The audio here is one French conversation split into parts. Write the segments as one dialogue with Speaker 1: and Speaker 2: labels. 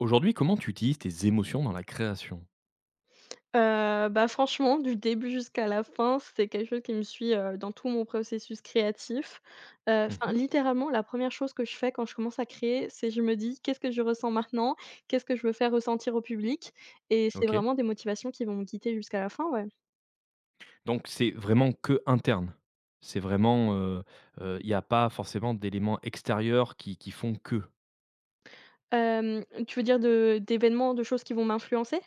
Speaker 1: Aujourd'hui, comment tu utilises tes émotions dans la création?
Speaker 2: Bah, franchement, du début jusqu'à la fin, c'est quelque chose qui me suit, dans tout mon processus créatif. Enfin,
Speaker 1: Mmh.
Speaker 2: littéralement, la première chose que je fais quand je commence à créer, c'est je me dis: «Qu'est-ce que je ressens maintenant? Qu'est-ce que je veux faire ressentir au public?» et c'est
Speaker 1: OK.
Speaker 2: vraiment des motivations qui vont me guider jusqu'à la fin, ouais.
Speaker 1: Donc c'est vraiment que interne? C'est vraiment, il n'y a pas forcément d'éléments extérieurs qui font que?
Speaker 2: Tu veux dire de d'événements, de choses qui vont m'influencer?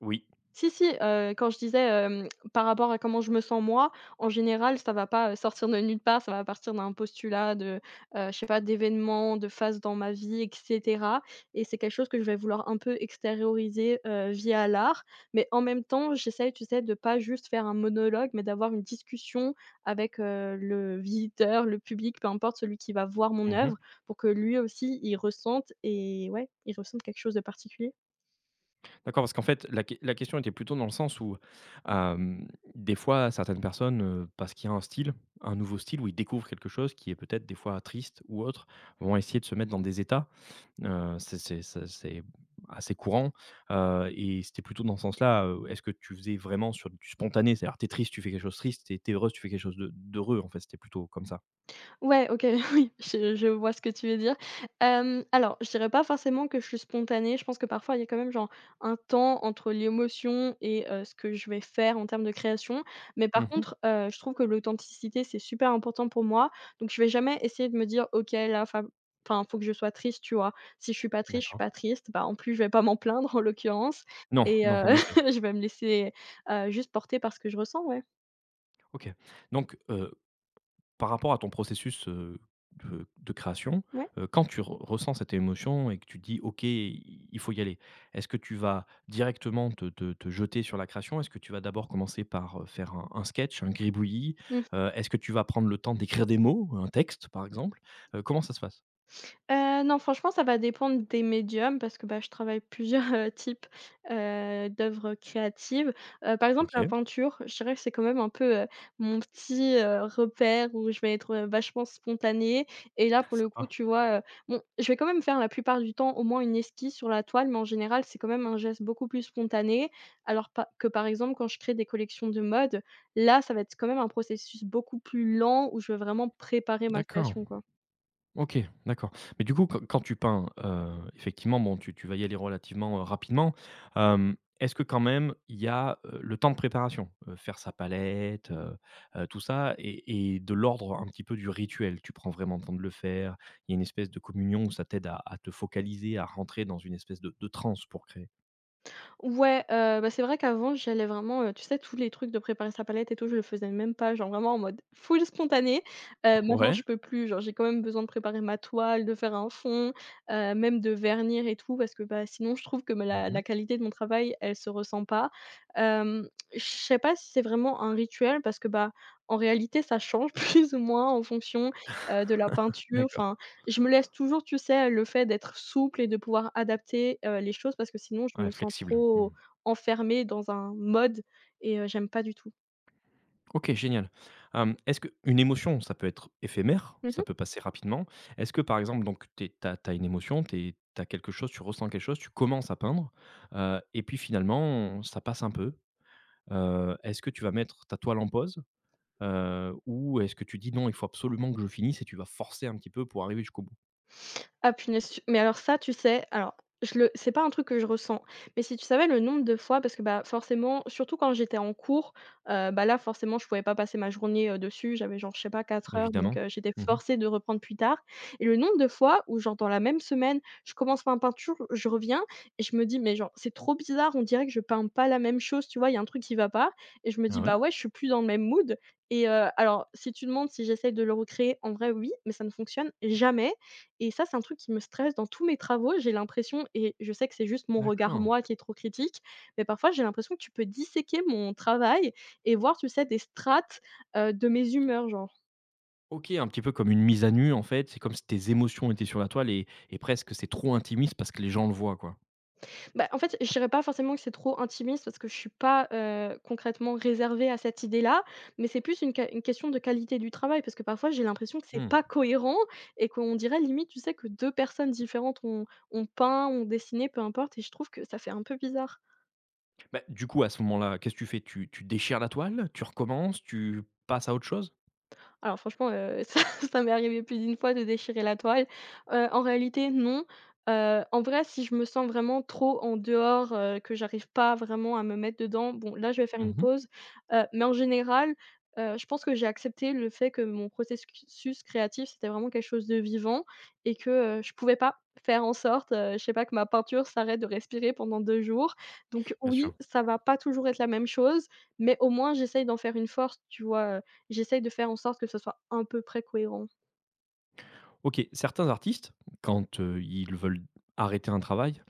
Speaker 1: Oui.
Speaker 2: Si, si, quand je disais, par rapport à comment je me sens moi, en général, ça va pas, sortir de nulle part, ça va partir d'un postulat de, je sais pas, d'événements, de phases dans ma vie et cetera et c'est quelque chose que je vais vouloir un peu extérioriser, via l'art. Mais en même temps, j'essaye, tu sais, de pas juste faire un monologue, mais d'avoir une discussion avec, le visiteur, le public, peu importe, celui qui va voir mon
Speaker 1: Mmh.
Speaker 2: œuvre, pour que lui aussi, il ressente et ouais, il ressente quelque chose de particulier.
Speaker 1: D'accord, parce qu'en fait, la question était plutôt dans le sens où, hem, des fois, certaines personnes, parce qu'il y a un style, un nouveau style où ils découvrent quelque chose qui est peut-être des fois triste ou autre, vont essayer de se mettre dans des états. C'est assez courant, et c'était plutôt dans ce sens-là. Heu, est-ce que tu faisais vraiment sur du spontané? C'est-à-dire t'es triste, tu fais quelque chose de triste, T'es es heureuse, tu fais quelque chose de d'heureux, en fait, c'était plutôt comme ça?
Speaker 2: Ouais, OK, oui, je vois ce que tu veux dire. Alors, je dirais pas forcément que je suis spontanée. Je pense que parfois, il y a quand même, genre, un temps entre l'émotion et ce que je vais faire en termes de création. Mais par
Speaker 1: Mmh.
Speaker 2: contre, je trouve que l'authenticité, c'est super important pour moi. Donc je vais jamais essayer de me dire: «OK, là, enfin, faut que je sois triste», tu vois? Si je suis pas triste, je suis
Speaker 1: D'accord.
Speaker 2: pas triste. Bah, en plus, je vais pas m'en plaindre, en l'occurrence
Speaker 1: Non,
Speaker 2: et
Speaker 1: non, en effet.
Speaker 2: je vais me laisser, juste porter par ce que je ressens, ouais.
Speaker 1: OK. Donc. Par rapport à ton processus, de création,
Speaker 2: Ouais.
Speaker 1: quand tu re ressens cette émotion et que tu te dis: «OK, i il faut y aller». Est-ce que tu vas directement te jeter sur la création? Est-ce que tu vas d'abord commencer par, faire un sketch, un gribouillis?
Speaker 2: Mmh.
Speaker 1: Est-ce que tu vas prendre le temps d'écrire des mots, un texte, par exemple? Comment ça se passe?
Speaker 2: Non, franchement, ça va dépendre des médiums parce que, bah, je travaille plusieurs, types, d'œuvres créatives. Par exemple, la
Speaker 1: OK,
Speaker 2: peinture, je dirais que c'est quand même un peu, mon petit, repère où je vais être, vachement spontanée et là, pour le coup,
Speaker 1: sympa.
Speaker 2: tu vois, bon, je vais quand même faire la plupart du temps au moins une esquisse sur la toile, mais en général, c'est quand même un geste beaucoup plus spontané. Alors par exemple, quand je crée des collections de mode, là, ça va être quand même un processus beaucoup plus lent où je vais vraiment préparer ma
Speaker 1: D'accord.
Speaker 2: création, quoi.
Speaker 1: OK, d'accord. Mais du coup, quand tu peins, effectivement, bon, tu vas y aller relativement, rapidement. Est-ce que quand même il y a, le temps de préparation? Faire sa palette, tout ça et de l'ordre un petit peu du rituel? Tu prends vraiment le temps de le faire? Il y a une espèce de communion où ça t'aide à te focaliser, à rentrer dans une espèce de transe pour créer?
Speaker 2: Ouais, bah, c'est vrai qu'avant j'allais vraiment, tu sais tous les trucs de préparer sa palette et tout, je le faisais même pas, genre vraiment en mode full spontané. Maintenant
Speaker 1: Ouais.
Speaker 2: je peux plus, genre j'ai quand même besoin de préparer ma toile, de faire un fond, même de vernir et tout parce que, bah, sinon je trouve que me la
Speaker 1: Mmh.
Speaker 2: la qualité de mon travail, elle se ressent pas. Hem, je sais pas si c'est vraiment un rituel parce que, bah, en réalité ça change plus ou moins en fonction, de la peinture,
Speaker 1: D'accord.
Speaker 2: enfin je me laisse toujours, tu sais, le fait d'être souple et de pouvoir adapter, les choses parce que sinon je
Speaker 1: Ouais,
Speaker 2: me sens
Speaker 1: flexible. Mmh.
Speaker 2: trop enfermée dans un mode et j'aime pas du tout.
Speaker 1: OK, génial. Est-ce que une émotion, ça peut être éphémère, ça
Speaker 2: Mmh.
Speaker 1: peut passer rapidement. Est-ce que, par exemple, donc tu as une émotion, tu as quelque chose, tu ressens quelque chose, tu commences à peindre, et puis finalement, ça passe un peu. Est-ce que tu vas mettre ta toile en pause, ou est-ce que tu dis: «Non, il faut absolument que je finisse» et tu vas forcer un petit peu pour arriver jusqu'au bout?
Speaker 2: Ah punaise, tu mais alors ça, tu sais, alors je le c'est pas un truc que je ressens, mais si tu savais le nombre de fois parce que, bah, forcément, surtout quand j'étais en cours, bah, là, forcément, je pouvais pas passer ma journée, dessus. J'avais genre, je sais pas, 4 heures, donc
Speaker 1: Évidemment.
Speaker 2: j'étais
Speaker 1: Mmh.
Speaker 2: forcée de reprendre plus tard et le nombre de fois où, genre, dans la même semaine, je commence ma peinture, je reviens et je me dis: «Mais genre, c'est trop bizarre, on dirait que je peins pas la même chose», tu vois? Il y a un truc qui va pas et je me
Speaker 1: Ah
Speaker 2: dis:
Speaker 1: ouais?
Speaker 2: «Bah, ouais, je suis plus dans le même mood» et alors si tu demandes si j'essaye de le recréer, en vrai, oui, mais ça ne fonctionne jamais et ça, c'est un truc qui me stresse dans tous mes travaux, j'ai l'impression et je sais que c'est juste mon regard,
Speaker 1: D'accord.
Speaker 2: moi, qui est trop critique, mais parfois j'ai l'impression que tu peux disséquer mon travail et voir, tu sais, des strates, de mes humeurs, genre.
Speaker 1: OK, un petit peu comme une mise à nu en fait, c'est comme si tes émotions étaient sur la toile et presque c'est trop intimiste parce que les gens le voient, quoi.
Speaker 2: Bah, en fait, je dirais pas forcément que c'est trop intimiste parce que je suis pas, concrètement réservée à cette idée-là, mais c'est plus une question de qualité du travail parce que parfois j'ai l'impression que c'est
Speaker 1: Mmh.
Speaker 2: pas cohérent et qu'on dirait limite, tu sais, que 2 personnes différentes ont peint, ont dessiné, peu importe et je trouve que ça fait un peu bizarre.
Speaker 1: Bah, du coup, à ce moment-là, qu'est-ce que tu fais? Tu déchires la toile? Tu recommences? Tu passes à autre chose?
Speaker 2: Alors franchement, ça m'est arrivé plus d'une fois de déchirer la toile. En réalité, non. En vrai, si je me sens vraiment trop en dehors, que j'arrive pas vraiment à me mettre dedans, bon, là, je vais faire une
Speaker 1: Mmh.
Speaker 2: pause. Mais en général, je pense que j'ai accepté le fait que mon processus créatif, c'était vraiment quelque chose de vivant et que, je pouvais pas faire en sorte, je sais pas, que ma peinture s'arrête de respirer pendant 2 jours. Donc
Speaker 1: Bien sûr.
Speaker 2: oui, ça va pas toujours être la même chose, mais au moins j'essaye d'en faire une force, tu vois? J'essaye de faire en sorte que ce soit à peu près cohérent.
Speaker 1: OK, certains artistes, quand, ils veulent arrêter un travail,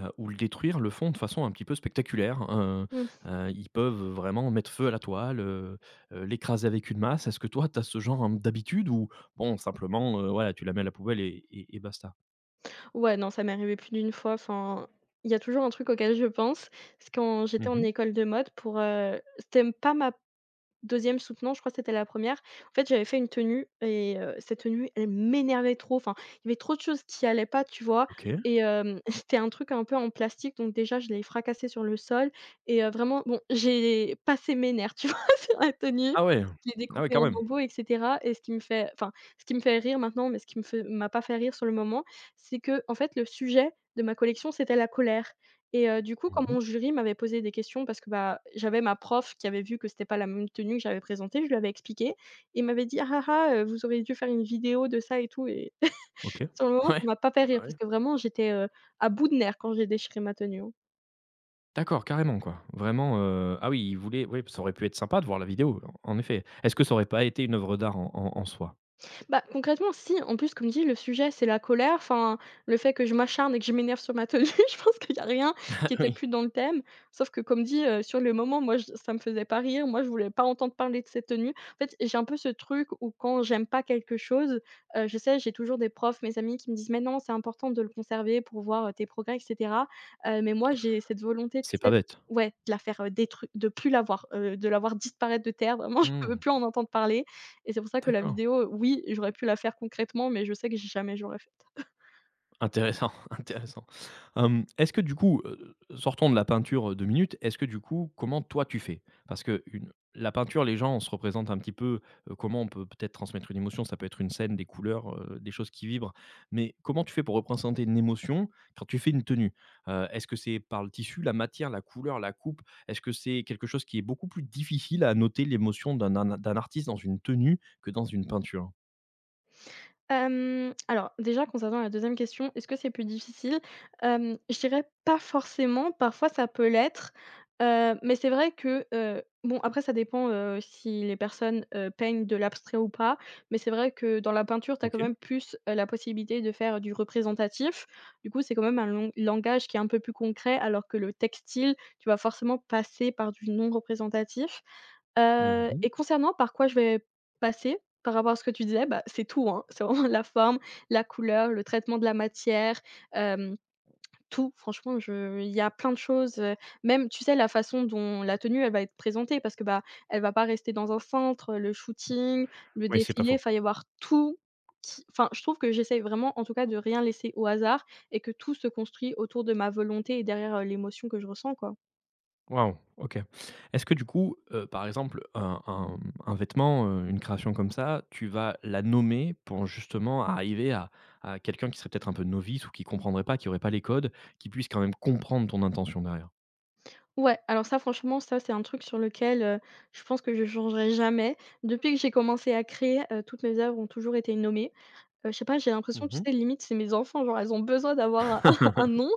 Speaker 1: ou le détruire, le font de façon un petit peu spectaculaire.
Speaker 2: Mmh.
Speaker 1: Ils peuvent vraiment mettre feu à la toile, l'écraser avec une masse. Est-ce que toi, tu as ce genre, d'habitude ou bon, simplement, voilà, tu la mets à la poubelle et basta?
Speaker 2: Ouais, non, ça m'est arrivé plus d'une fois. Enfin, il y a toujours un truc auquel je pense. C'est quand j'étais en
Speaker 1: Mmh.
Speaker 2: école de mode pour, c'était pas ma deuxième soutenant, je crois que c'était la première. En fait, j'avais fait une tenue et cette tenue, elle m'énervait trop, enfin, il y avait trop de choses qui allaient pas, tu vois?
Speaker 1: OK.
Speaker 2: Et c'était un truc un peu en plastique, donc déjà, je l'ai fracassé sur le sol et vraiment, bon, j'ai passé mes nerfs, tu vois? Sur la tenue.
Speaker 1: Ah ouais!
Speaker 2: Je l'ai
Speaker 1: Ah ouais,
Speaker 2: découpée
Speaker 1: quand
Speaker 2: en
Speaker 1: même.
Speaker 2: lambeaux et cetera et ce qui me fait enfin, ce qui me fait rire maintenant, mais ce qui me fait m'a pas fait rire sur le moment, c'est que en fait, le sujet de ma collection, c'était la colère. Et du coup, quand
Speaker 1: Mmh.
Speaker 2: mon jury m'avait posé des questions parce que, bah, j'avais ma prof qui avait vu que c'était pas la même tenue que j'avais présentée, je lui avais expliqué et m'avait dit: «Ah, ah, ah, vous auriez dû faire une vidéo de ça et tout» et
Speaker 1: OK.
Speaker 2: sur le moment,
Speaker 1: Ouais.
Speaker 2: ça m'a pas fait rire parce
Speaker 1: Ouais.
Speaker 2: que vraiment j'étais, à bout de nerfs quand j'ai déchiré ma tenue, hein.
Speaker 1: D'accord, carrément, quoi. Vraiment, ah oui, il voulait oui, ça aurait pu être sympa de voir la vidéo, en effet. Est-ce que ça aurait pas été une œuvre d'art en soi?
Speaker 2: Bah, concrètement, si. En plus, comme dit, le sujet, c'est la colère. Enfin, le fait que je m'acharne et que je m'énerve sur ma tenue, je pense qu'il y a rien qui était
Speaker 1: Oui.
Speaker 2: plus dans le thème. Sauf que, comme dit, sur le moment, moi, j ça me faisait pas rire. Moi, je voulais pas entendre parler de cette tenue. En fait, j'ai un peu ce truc où quand j'aime pas quelque chose, je sais, j'ai toujours des profs, mes amis qui me disent: «Mais non, c'est important de le conserver pour voir, tes progrès et cetera». Mais moi, j'ai cette volonté,
Speaker 1: C'est
Speaker 2: tu
Speaker 1: pas
Speaker 2: sais
Speaker 1: bête.
Speaker 2: ouais, de la faire, détru de plus l'avoir, de l'avoir disparaître de terre. Vraiment, je veux
Speaker 1: Mmh,
Speaker 2: plus en entendre parler. Et c'est pour ça que la
Speaker 1: d'accord.
Speaker 2: vidéo, oui, j'aurais pu la faire concrètement, mais je sais que jamais j'aurais faite.
Speaker 1: Intéressant, intéressant. Est-ce que du coup, sortons de la peinture, 2 minutes, est-ce que du coup, comment toi tu fais? Parce qu'une La peinture, les gens, on se représente un petit peu, comment on peut peut-être transmettre une émotion. Ça peut être une scène, des couleurs, des choses qui vibrent. Mais comment tu fais pour représenter une émotion quand tu fais une tenue? Est-ce que c'est par le tissu, la matière, la couleur, la coupe? Est-ce que c'est quelque chose qui est beaucoup plus difficile à noter l'émotion d'un artiste dans une tenue que dans une peinture?
Speaker 2: Alors déjà concernant la deuxième question, est-ce que c'est plus difficile? Je dirais pas forcément, parfois ça peut l'être, mais c'est vrai que, bon après ça dépend, si les personnes, peignent de l'abstrait ou pas, mais c'est vrai que dans la peinture, tu as quand
Speaker 1: OK.
Speaker 2: même plus, la possibilité de faire du représentatif. Du coup, c'est quand même un langage qui est un peu plus concret alors que le textile, tu vas forcément passer par du non représentatif.
Speaker 1: Mmh.
Speaker 2: Et concernant par quoi je vais passer, par rapport à ce que tu disais, bah, c'est tout, hein. C'est vraiment la forme, la couleur, le traitement de la matière, hem, tout. Franchement, je il y a plein de choses, même, tu sais, la façon dont la tenue, elle va être présentée parce que, bah, elle va pas rester dans un centre, le shooting, le
Speaker 1: Oui, c'est pas
Speaker 2: défilé,
Speaker 1: faux.
Speaker 2: enfin, il va y avoir tout qui enfin, je trouve que j'essaye vraiment, en tout cas, de rien laisser au hasard et que tout se construit autour de ma volonté et derrière, l'émotion que je ressens, quoi.
Speaker 1: Waouh, OK. Est-ce que du coup, par exemple, un vêtement, une création comme ça, tu vas la nommer pour justement arriver à quelqu'un qui serait peut-être un peu novice ou qui comprendrait pas, qui aurait pas les codes, qui puisse quand même comprendre ton intention derrière?
Speaker 2: Ouais, alors ça franchement, ça c'est un truc sur lequel, je pense que je changerai jamais. Depuis que j'ai commencé à créer, toutes mes œuvres ont toujours été nommées. Je sais pas, j'ai l'impression, tu
Speaker 1: Mmh.
Speaker 2: sais, limite, c'est mes enfants, genre, elles ont besoin d'avoir un un nom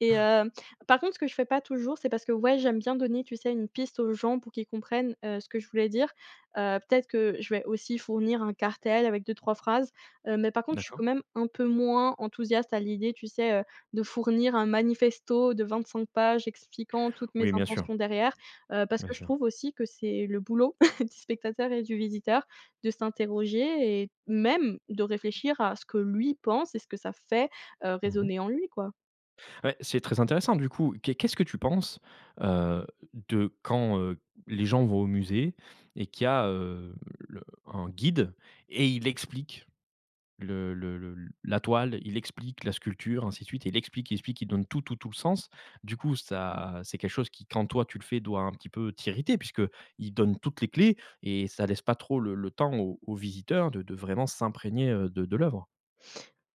Speaker 2: et par contre, ce que je fais pas toujours, c'est parce que, ouais, j'aime bien donner, tu sais, une piste aux gens pour qu'ils comprennent, ce que je voulais dire. Peut-être que je vais aussi fournir un cartel avec deux trois phrases, mais par contre, je suis
Speaker 1: D'accord.
Speaker 2: quand même un peu moins enthousiaste à l'idée, tu sais, de fournir un manifesto de 25 pages expliquant toutes mes
Speaker 1: Oui, bien sûr,
Speaker 2: intentions derrière, parce
Speaker 1: bien
Speaker 2: que je
Speaker 1: sûr.
Speaker 2: trouve aussi que c'est le boulot du spectateur et du visiteur de s'interroger et même de réfléchir à ce que lui pense et ce que ça fait,
Speaker 1: Mmh.
Speaker 2: résonner en lui, quoi.
Speaker 1: Ouais, c'est très intéressant du coup. Qu'est-ce que tu penses, heu, de quand, les gens vont au musée et qu'il y a, le un guide et il explique le la toile, il explique la sculpture, ainsi de suite, il explique, il explique, il donne tout, tout, tout le sens. Du coup, ça c'est quelque chose qui, quand toi tu le fais, doit un petit peu t'irriter puisque il donne toutes les clés et ça laisse pas trop le temps aux visiteurs de vraiment s'imprégner, de l'œuvre.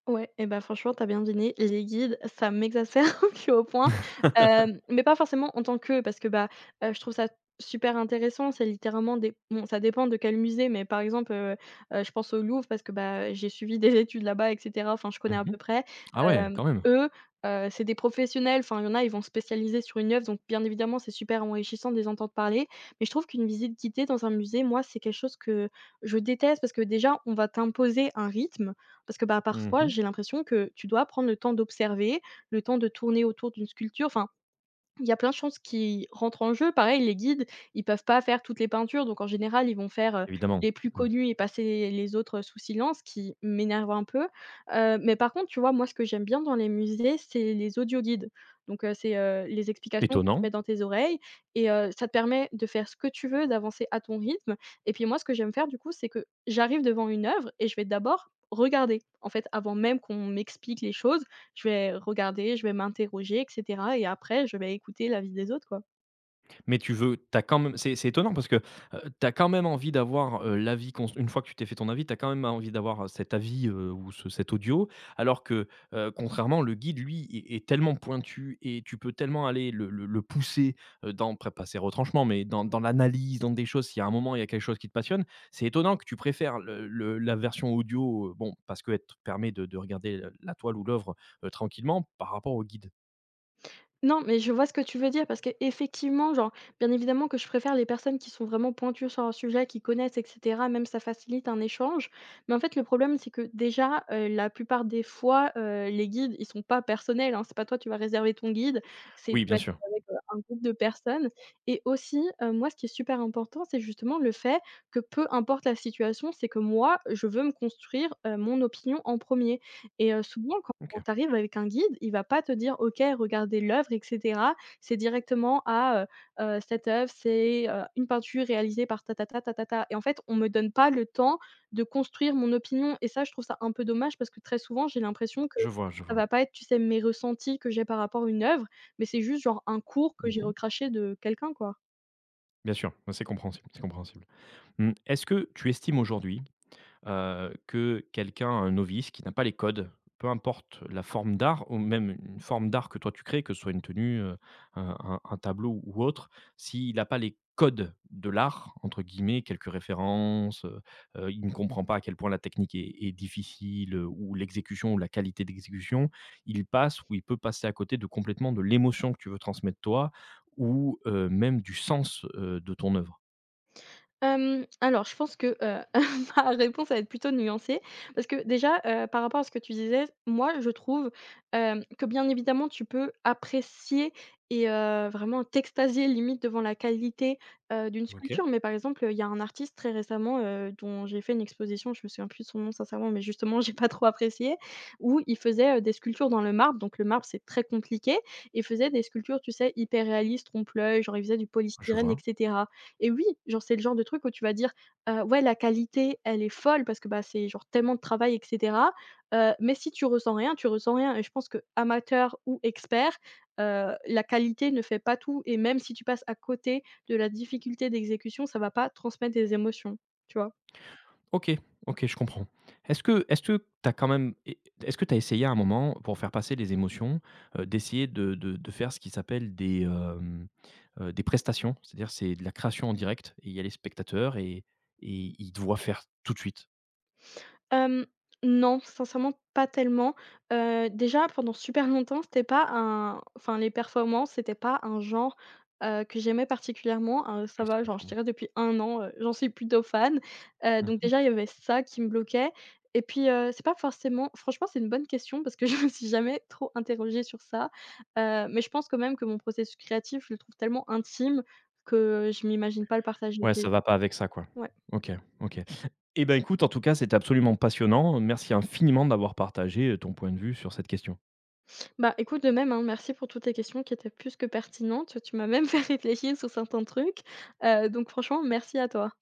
Speaker 2: Ouais et bah, franchement, t'as bien deviné, les guides, ça m'exacerbe plus haut point, mais pas forcément en tant que, parce que, bah, je trouve ça super intéressant. C'est littéralement des bon, ça dépend de quel musée, mais par exemple, je pense au Louvre parce que, bah, j'ai suivi des études là-bas et cetera, enfin, je connais à
Speaker 1: Mmh.
Speaker 2: peu près.
Speaker 1: Ah ouais,
Speaker 2: Hem,
Speaker 1: quand même.
Speaker 2: eux, c'est des professionnels, enfin, il y en a, ils vont se spécialiser sur une œuvre, donc bien évidemment, c'est super enrichissant de les entendre parler, mais je trouve qu'une visite guidée dans un musée, moi, c'est quelque chose que je déteste parce que déjà, on va t'imposer un rythme parce que, bah, parfois,
Speaker 1: Mmh.
Speaker 2: j'ai l'impression que tu dois prendre le temps d'observer, le temps de tourner autour d'une sculpture, enfin, il y a plein de choses qui rentrent en jeu. Pareil, les guides, ils peuvent pas faire toutes les peintures, donc en général, ils vont faire,
Speaker 1: Évidemment.
Speaker 2: les plus
Speaker 1: Mmh.
Speaker 2: connues et passer les autres sous silence, ce qui m'énerve un peu. Mais par contre, tu vois, moi, ce que j'aime bien dans les musées, c'est les audioguides. Donc c'est, les explications que tu
Speaker 1: Étonnant.
Speaker 2: mets dans tes oreilles et ça te permet de faire ce que tu veux, d'avancer à ton rythme et puis moi, ce que j'aime faire, du coup, c'est que j'arrive devant une œuvre et je vais d'abord regarder. En fait, avant même qu'on m'explique les choses, je vais regarder, je vais m'interroger et cetera et après je vais écouter l'avis des autres, quoi.
Speaker 1: Mais tu veux t'as quand même c'est étonnant parce que, tu as quand même envie d'avoir, l'avis cons une fois que tu t'es fait ton avis, tu as quand même envie d'avoir cet avis, ou ce cet audio. Alors que, contrairement, le guide, lui, est tellement pointu et tu peux tellement aller le pousser, dans après pas ses retranchements, mais dans l'analyse, dans des choses. S'il y a un moment, il y a quelque chose qui te passionne, c'est étonnant que tu préfères le la version audio, bon, parce qu'elle te permet de regarder, la toile ou l'œuvre, tranquillement par rapport au guide.
Speaker 2: Non, mais je vois ce que tu veux dire parce que effectivement, genre, bien évidemment que je préfère les personnes qui sont vraiment pointues sur un sujet, qui connaissent, et cetera. Même, ça facilite un échange. Mais en fait, le problème, c'est que déjà, la plupart des fois, les guides, ils sont pas personnels, hein. C'est pas toi, tu vas réserver ton guide. C'est tu
Speaker 1: Oui, bien
Speaker 2: vas être
Speaker 1: sûr.
Speaker 2: avec, un groupe de personnes et aussi, moi, ce qui est super important, c'est justement le fait que peu importe la situation, c'est que moi, je veux me construire, mon opinion en premier. Et souvent quand
Speaker 1: OK.
Speaker 2: tu arrives avec un guide, il va pas te dire: «OK, regardez l'œuvre et cetera». C'est directement: à cette œuvre, c'est, une peinture réalisée par ta ta ta ta ta ta» et en fait, on me donne pas le temps de construire mon opinion et ça, je trouve ça un peu dommage parce que très souvent, j'ai l'impression que
Speaker 1: Je vois, je
Speaker 2: ça
Speaker 1: vois.
Speaker 2: va pas être, tu sais, mes ressentis que j'ai par rapport à une œuvre, mais c'est juste genre un cours que j'ai
Speaker 1: Mmh.
Speaker 2: recraché de quelqu'un, quoi.
Speaker 1: Bien sûr, ouais, c'est compréhensible, c'est compréhensible. Mmh, est-ce que tu estimes aujourd'hui, que quelqu'un, un novice qui n'a pas les codes, peu importe la forme d'art ou même une forme d'art que toi tu crées, que ce soit une tenue, un tableau ou autre, s'il n'a pas les «codes de l'art» entre guillemets, quelques références, il ne comprend pas à quel point la technique est difficile, ou l'exécution ou la qualité d'exécution, il passe ou il peut passer à côté de complètement de l'émotion que tu veux transmettre toi ou, même du sens, de ton œuvre?
Speaker 2: Alors je pense que, ma réponse va être plutôt nuancée parce que déjà, par rapport à ce que tu disais, moi je trouve, que bien évidemment tu peux apprécier et vraiment t'extasier limite devant la qualité, d'une
Speaker 1: OK,
Speaker 2: sculpture. Mais par exemple, il y a un artiste très récemment, dont j'ai fait une exposition, je me souviens plus de son nom sincèrement, mais justement j'ai pas trop apprécié, où il faisait, des sculptures dans le marbre, donc le marbre c'est très compliqué et il faisait des sculptures, tu sais, hyper réalistes, trompe-l'œil, genre il faisait du
Speaker 1: je
Speaker 2: polystyrène
Speaker 1: vois.
Speaker 2: etc. Et oui, genre, c'est le genre de truc où tu vas dire, «Ouais, la qualité, elle est folle» parce que, bah, c'est genre tellement de travail et cetera, mais si tu ressens rien, tu ressens rien et je pense que amateur ou expert, la qualité ne fait pas tout et même si tu passes à côté de la difficulté d'exécution, ça va pas transmettre des émotions, tu vois?
Speaker 1: OK, OK, je comprends. Est-ce que tu as quand même é Est-ce que tu as essayé à un moment, pour faire passer les émotions, d'essayer de faire ce qui s'appelle des, des prestations? C'est-à-dire, c'est de la création en direct et il y a les spectateurs et ils te voient faire tout de suite
Speaker 2: Hem, non, sincèrement pas tellement. Déjà pendant super longtemps, c'était pas un enfin les performances, c'était pas un genre, que j'aimais particulièrement. Ça
Speaker 1: les
Speaker 2: va, genre je
Speaker 1: performances.
Speaker 2: dirais depuis un an, j'en suis plutôt fan. Donc
Speaker 1: Mmh.
Speaker 2: déjà il y avait ça qui me bloquait et puis, c'est pas forcément franchement c'est une bonne question parce que je me suis jamais trop interrogée sur ça. Mais je pense quand même que mon processus créatif, je le trouve tellement intime que je m'imagine pas le partager
Speaker 1: Ouais,
Speaker 2: avec les
Speaker 1: ça va
Speaker 2: gens.
Speaker 1: pas avec ça, quoi.
Speaker 2: Ouais.
Speaker 1: OK, OK. Eh ben, écoute, en tout cas, c'était absolument passionnant. Merci infiniment d'avoir partagé, ton point de vue sur cette question.
Speaker 2: Bah, écoute, de même, hein, merci pour toutes tes questions qui étaient plus que pertinentes. Tu m'as même fait réfléchir sur certains trucs. Donc franchement, merci à toi.